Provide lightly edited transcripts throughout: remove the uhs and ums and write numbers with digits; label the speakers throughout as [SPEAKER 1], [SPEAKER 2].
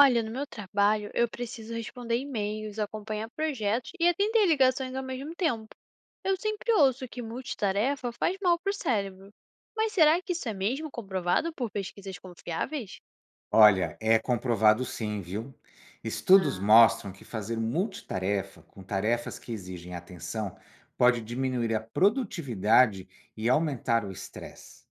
[SPEAKER 1] Olha, no meu trabalho, eu preciso responder e-mails, acompanhar projetos e atender ligações ao mesmo tempo. Eu sempre ouço que multitarefa faz mal para o cérebro. Mas será que isso é mesmo comprovado por pesquisas confiáveis?
[SPEAKER 2] Olha, é comprovado sim, viu? Estudos
[SPEAKER 1] Ah,
[SPEAKER 2] mostram que fazer multitarefa, com tarefas que exigem atenção, pode diminuir a produtividade e aumentar o estresse.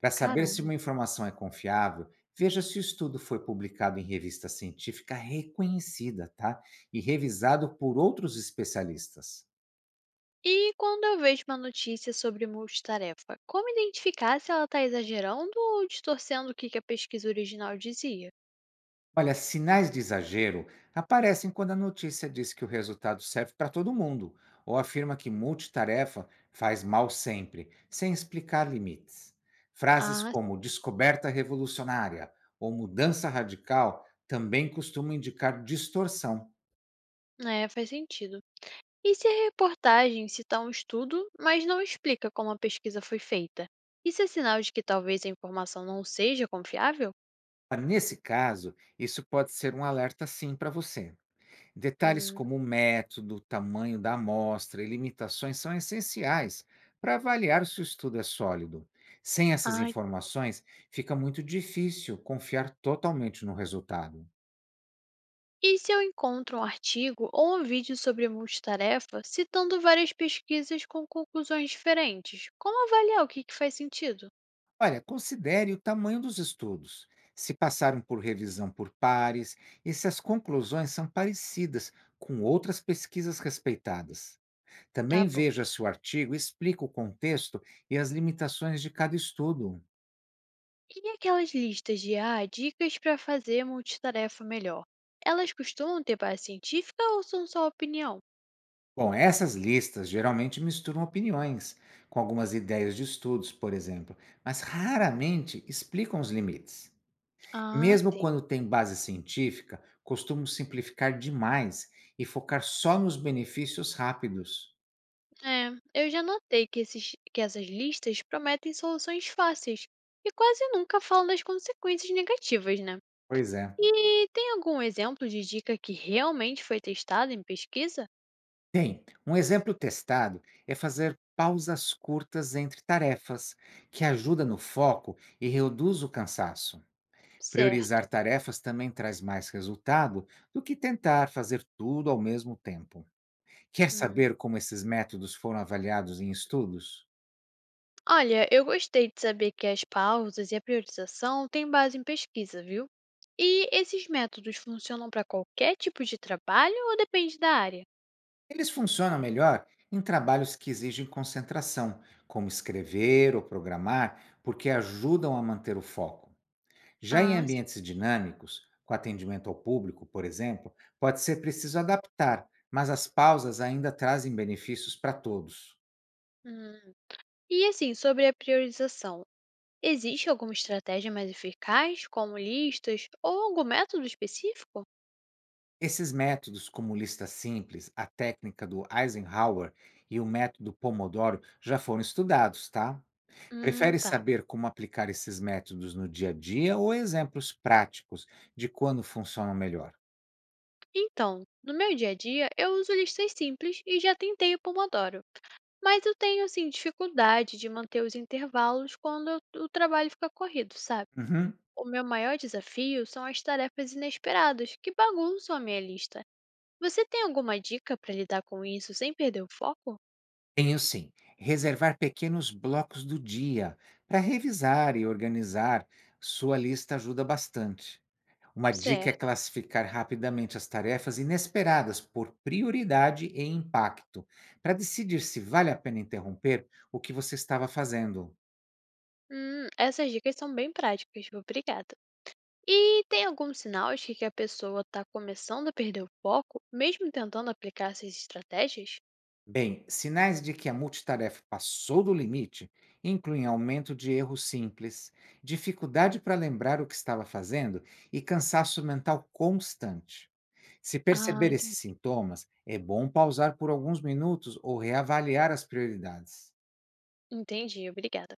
[SPEAKER 2] Para saber se
[SPEAKER 1] caramba.
[SPEAKER 2] uma informação é confiável, veja se o estudo foi publicado em revista científica reconhecida, tá? E revisado por outros especialistas.
[SPEAKER 1] E quando eu vejo uma notícia sobre multitarefa, como identificar se ela está exagerando ou distorcendo o que a pesquisa original dizia?
[SPEAKER 2] Olha, sinais de exagero aparecem quando a notícia diz que o resultado serve para todo mundo ou afirma que multitarefa faz mal sempre, sem explicar limites. Frases
[SPEAKER 1] Ah,
[SPEAKER 2] como descoberta revolucionária ou mudança radical também costumam indicar distorção.
[SPEAKER 1] é, faz sentido. E se a reportagem citar um estudo, mas não explica como a pesquisa foi feita? Isso é sinal de que talvez a informação não seja confiável?
[SPEAKER 2] Ah, nesse caso, isso pode ser um alerta sim para você. Detalhes
[SPEAKER 1] Hum,
[SPEAKER 2] como o método, o tamanho da amostra e limitações são essenciais para avaliar se o estudo é sólido. Sem essas
[SPEAKER 1] ai,
[SPEAKER 2] informações, fica muito difícil confiar totalmente no resultado.
[SPEAKER 1] e se eu encontro um artigo ou um vídeo sobre multitarefa citando várias pesquisas com conclusões diferentes? Como avaliar o que faz sentido?
[SPEAKER 2] Olha, considere o tamanho dos estudos, se passaram por revisão por pares e se as conclusões são parecidas com outras pesquisas respeitadas.
[SPEAKER 1] Tá
[SPEAKER 2] Também
[SPEAKER 1] bom.
[SPEAKER 2] veja se o artigo explica o contexto e as limitações de cada estudo.
[SPEAKER 1] E aquelas listas de dicas para fazer multitarefa melhor? Elas costumam ter base científica ou são só opinião?
[SPEAKER 2] Bom, essas listas geralmente misturam opiniões, com algumas ideias de estudos, por exemplo, mas raramente explicam os limites.
[SPEAKER 1] Ah,
[SPEAKER 2] Mesmo
[SPEAKER 1] sim.
[SPEAKER 2] quando tem base científica, costumam simplificar demais e focar só nos benefícios rápidos.
[SPEAKER 1] É, eu já notei que essas listas prometem soluções fáceis e quase nunca falam das consequências negativas, né?
[SPEAKER 2] Pois é.
[SPEAKER 1] E tem algum exemplo de dica que realmente foi testada em pesquisa?
[SPEAKER 2] Tem. Um exemplo testado é fazer pausas curtas entre tarefas, que ajuda no foco e reduz o cansaço. Priorizar
[SPEAKER 1] Certo.
[SPEAKER 2] tarefas também traz mais resultado do que tentar fazer tudo ao mesmo tempo. Quer
[SPEAKER 1] Hum,
[SPEAKER 2] saber como esses métodos foram avaliados em estudos?
[SPEAKER 1] Olha, eu gostei de saber que as pausas e a priorização têm base em pesquisa, viu? E esses métodos funcionam para qualquer tipo de trabalho ou depende da área?
[SPEAKER 2] Eles funcionam melhor em trabalhos que exigem concentração, como escrever ou programar, porque ajudam a manter o foco. Já em
[SPEAKER 1] Ah, sim.
[SPEAKER 2] ambientes dinâmicos, com atendimento ao público, por exemplo, pode ser preciso adaptar, mas as pausas ainda trazem benefícios para todos.
[SPEAKER 1] Hum. E assim, sobre a priorização, existe alguma estratégia mais eficaz, como listas ou algum método específico?
[SPEAKER 2] Esses métodos, como lista simples, a técnica do Eisenhower e o método Pomodoro, já foram estudados, tá? Prefere
[SPEAKER 1] Tá.
[SPEAKER 2] saber como aplicar esses métodos no dia a dia ou exemplos práticos de quando funcionam melhor?
[SPEAKER 1] Então, no meu dia a dia, eu uso listas simples e já tentei o Pomodoro, mas eu tenho assim dificuldade de manter os intervalos quando o trabalho fica corrido, sabe?
[SPEAKER 2] Uhum.
[SPEAKER 1] O meu maior desafio são as tarefas inesperadas que bagunçam a minha lista. Você tem alguma dica para lidar com isso sem perder o foco?
[SPEAKER 2] Tenho sim. Reservar pequenos blocos do dia para revisar e organizar sua lista ajuda bastante. Uma dica é
[SPEAKER 1] Certo.
[SPEAKER 2] classificar rapidamente as tarefas inesperadas por prioridade e impacto, para decidir se vale a pena interromper o que você estava fazendo.
[SPEAKER 1] Essas dicas são bem práticas. Obrigada. E tem alguns sinais de que a pessoa está começando a perder o foco, mesmo tentando aplicar essas estratégias?
[SPEAKER 2] Bem, sinais de que a multitarefa passou do limite incluem aumento de erros simples, dificuldade para lembrar o que estava fazendo e cansaço mental constante. Se
[SPEAKER 1] Ah,
[SPEAKER 2] perceber esses
[SPEAKER 1] entendi.
[SPEAKER 2] sintomas, é bom pausar por alguns minutos ou reavaliar as prioridades.
[SPEAKER 1] Entendi, obrigada.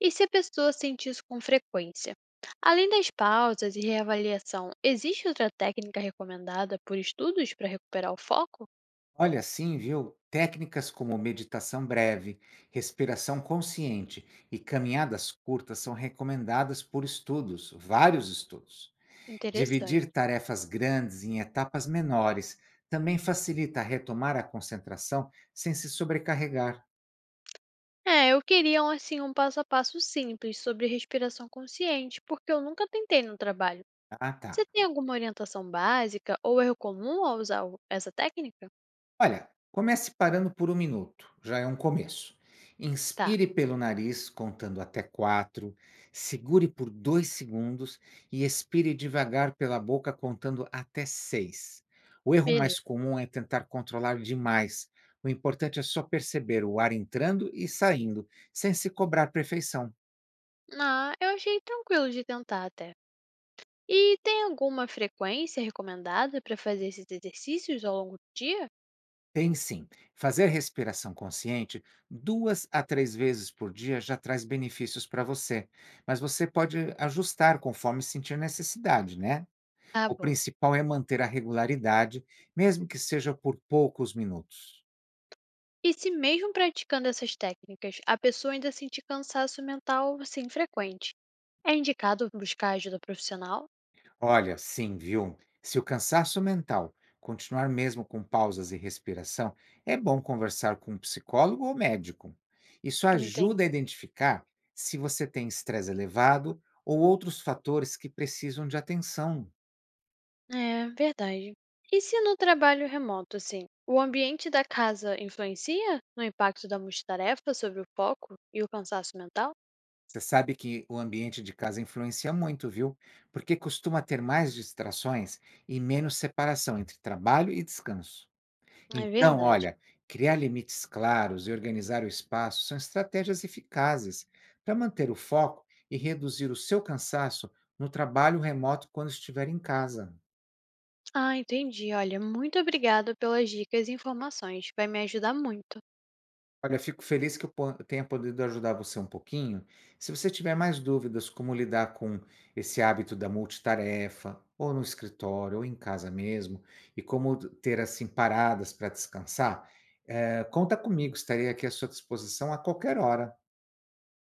[SPEAKER 1] E se a pessoa sente isso com frequência? Além das pausas e reavaliação, existe outra técnica recomendada por estudos para recuperar o foco?
[SPEAKER 2] Olha, sim, viu? Técnicas como meditação breve, respiração consciente e caminhadas curtas são recomendadas por estudos, vários estudos.
[SPEAKER 1] Interessante.
[SPEAKER 2] Dividir tarefas grandes em etapas menores também facilita retomar a concentração sem se sobrecarregar.
[SPEAKER 1] É, eu queria um passo a passo simples sobre respiração consciente, porque eu nunca tentei no trabalho.
[SPEAKER 2] Ah, tá.
[SPEAKER 1] Você tem alguma orientação básica ou erro comum ao usar essa técnica?
[SPEAKER 2] Olha, comece parando por um minuto, já é um começo.
[SPEAKER 1] Tá,
[SPEAKER 2] Inspire pelo nariz, contando até quatro, segure por dois segundos e expire devagar pela boca, contando até seis. O erro
[SPEAKER 1] beleza.
[SPEAKER 2] mais comum é tentar controlar demais. O importante é só perceber o ar entrando e saindo, sem se cobrar perfeição.
[SPEAKER 1] Ah, eu achei tranquilo de tentar até. E tem alguma frequência recomendada para fazer esses exercícios ao longo do dia?
[SPEAKER 2] Tem sim. Fazer respiração consciente duas a três vezes por dia já traz benefícios para você, mas você pode ajustar conforme sentir necessidade, né?
[SPEAKER 1] Ah,
[SPEAKER 2] O
[SPEAKER 1] bom.
[SPEAKER 2] principal é manter a regularidade, mesmo que seja por poucos minutos.
[SPEAKER 1] E se mesmo praticando essas técnicas, a pessoa ainda sentir cansaço mental assim frequente, é indicado buscar ajuda profissional?
[SPEAKER 2] Olha, sim, viu? Se o cansaço mental continuar mesmo com pausas e respiração, é bom conversar com um psicólogo ou médico. Isso
[SPEAKER 1] Entendi.
[SPEAKER 2] ajuda a identificar se você tem estresse elevado ou outros fatores que precisam de atenção.
[SPEAKER 1] É, verdade. E se no trabalho remoto, assim, o ambiente da casa influencia no impacto da multitarefa sobre o foco e o cansaço mental?
[SPEAKER 2] Você sabe que o ambiente de casa influencia muito, viu? Porque costuma ter mais distrações e menos separação entre trabalho e descanso.
[SPEAKER 1] É
[SPEAKER 2] Então,
[SPEAKER 1] verdade.
[SPEAKER 2] olha, criar limites claros e organizar o espaço são estratégias eficazes para manter o foco e reduzir o seu cansaço no trabalho remoto quando estiver em casa.
[SPEAKER 1] Ah, entendi. Olha, muito obrigada pelas dicas e informações. Vai me ajudar muito.
[SPEAKER 2] Olha, fico feliz que eu tenha podido ajudar você um pouquinho. Se você tiver mais dúvidas como lidar com esse hábito da multitarefa, ou no escritório, ou em casa mesmo, e como ter assim paradas para descansar, conta comigo, estarei aqui à sua disposição a qualquer hora.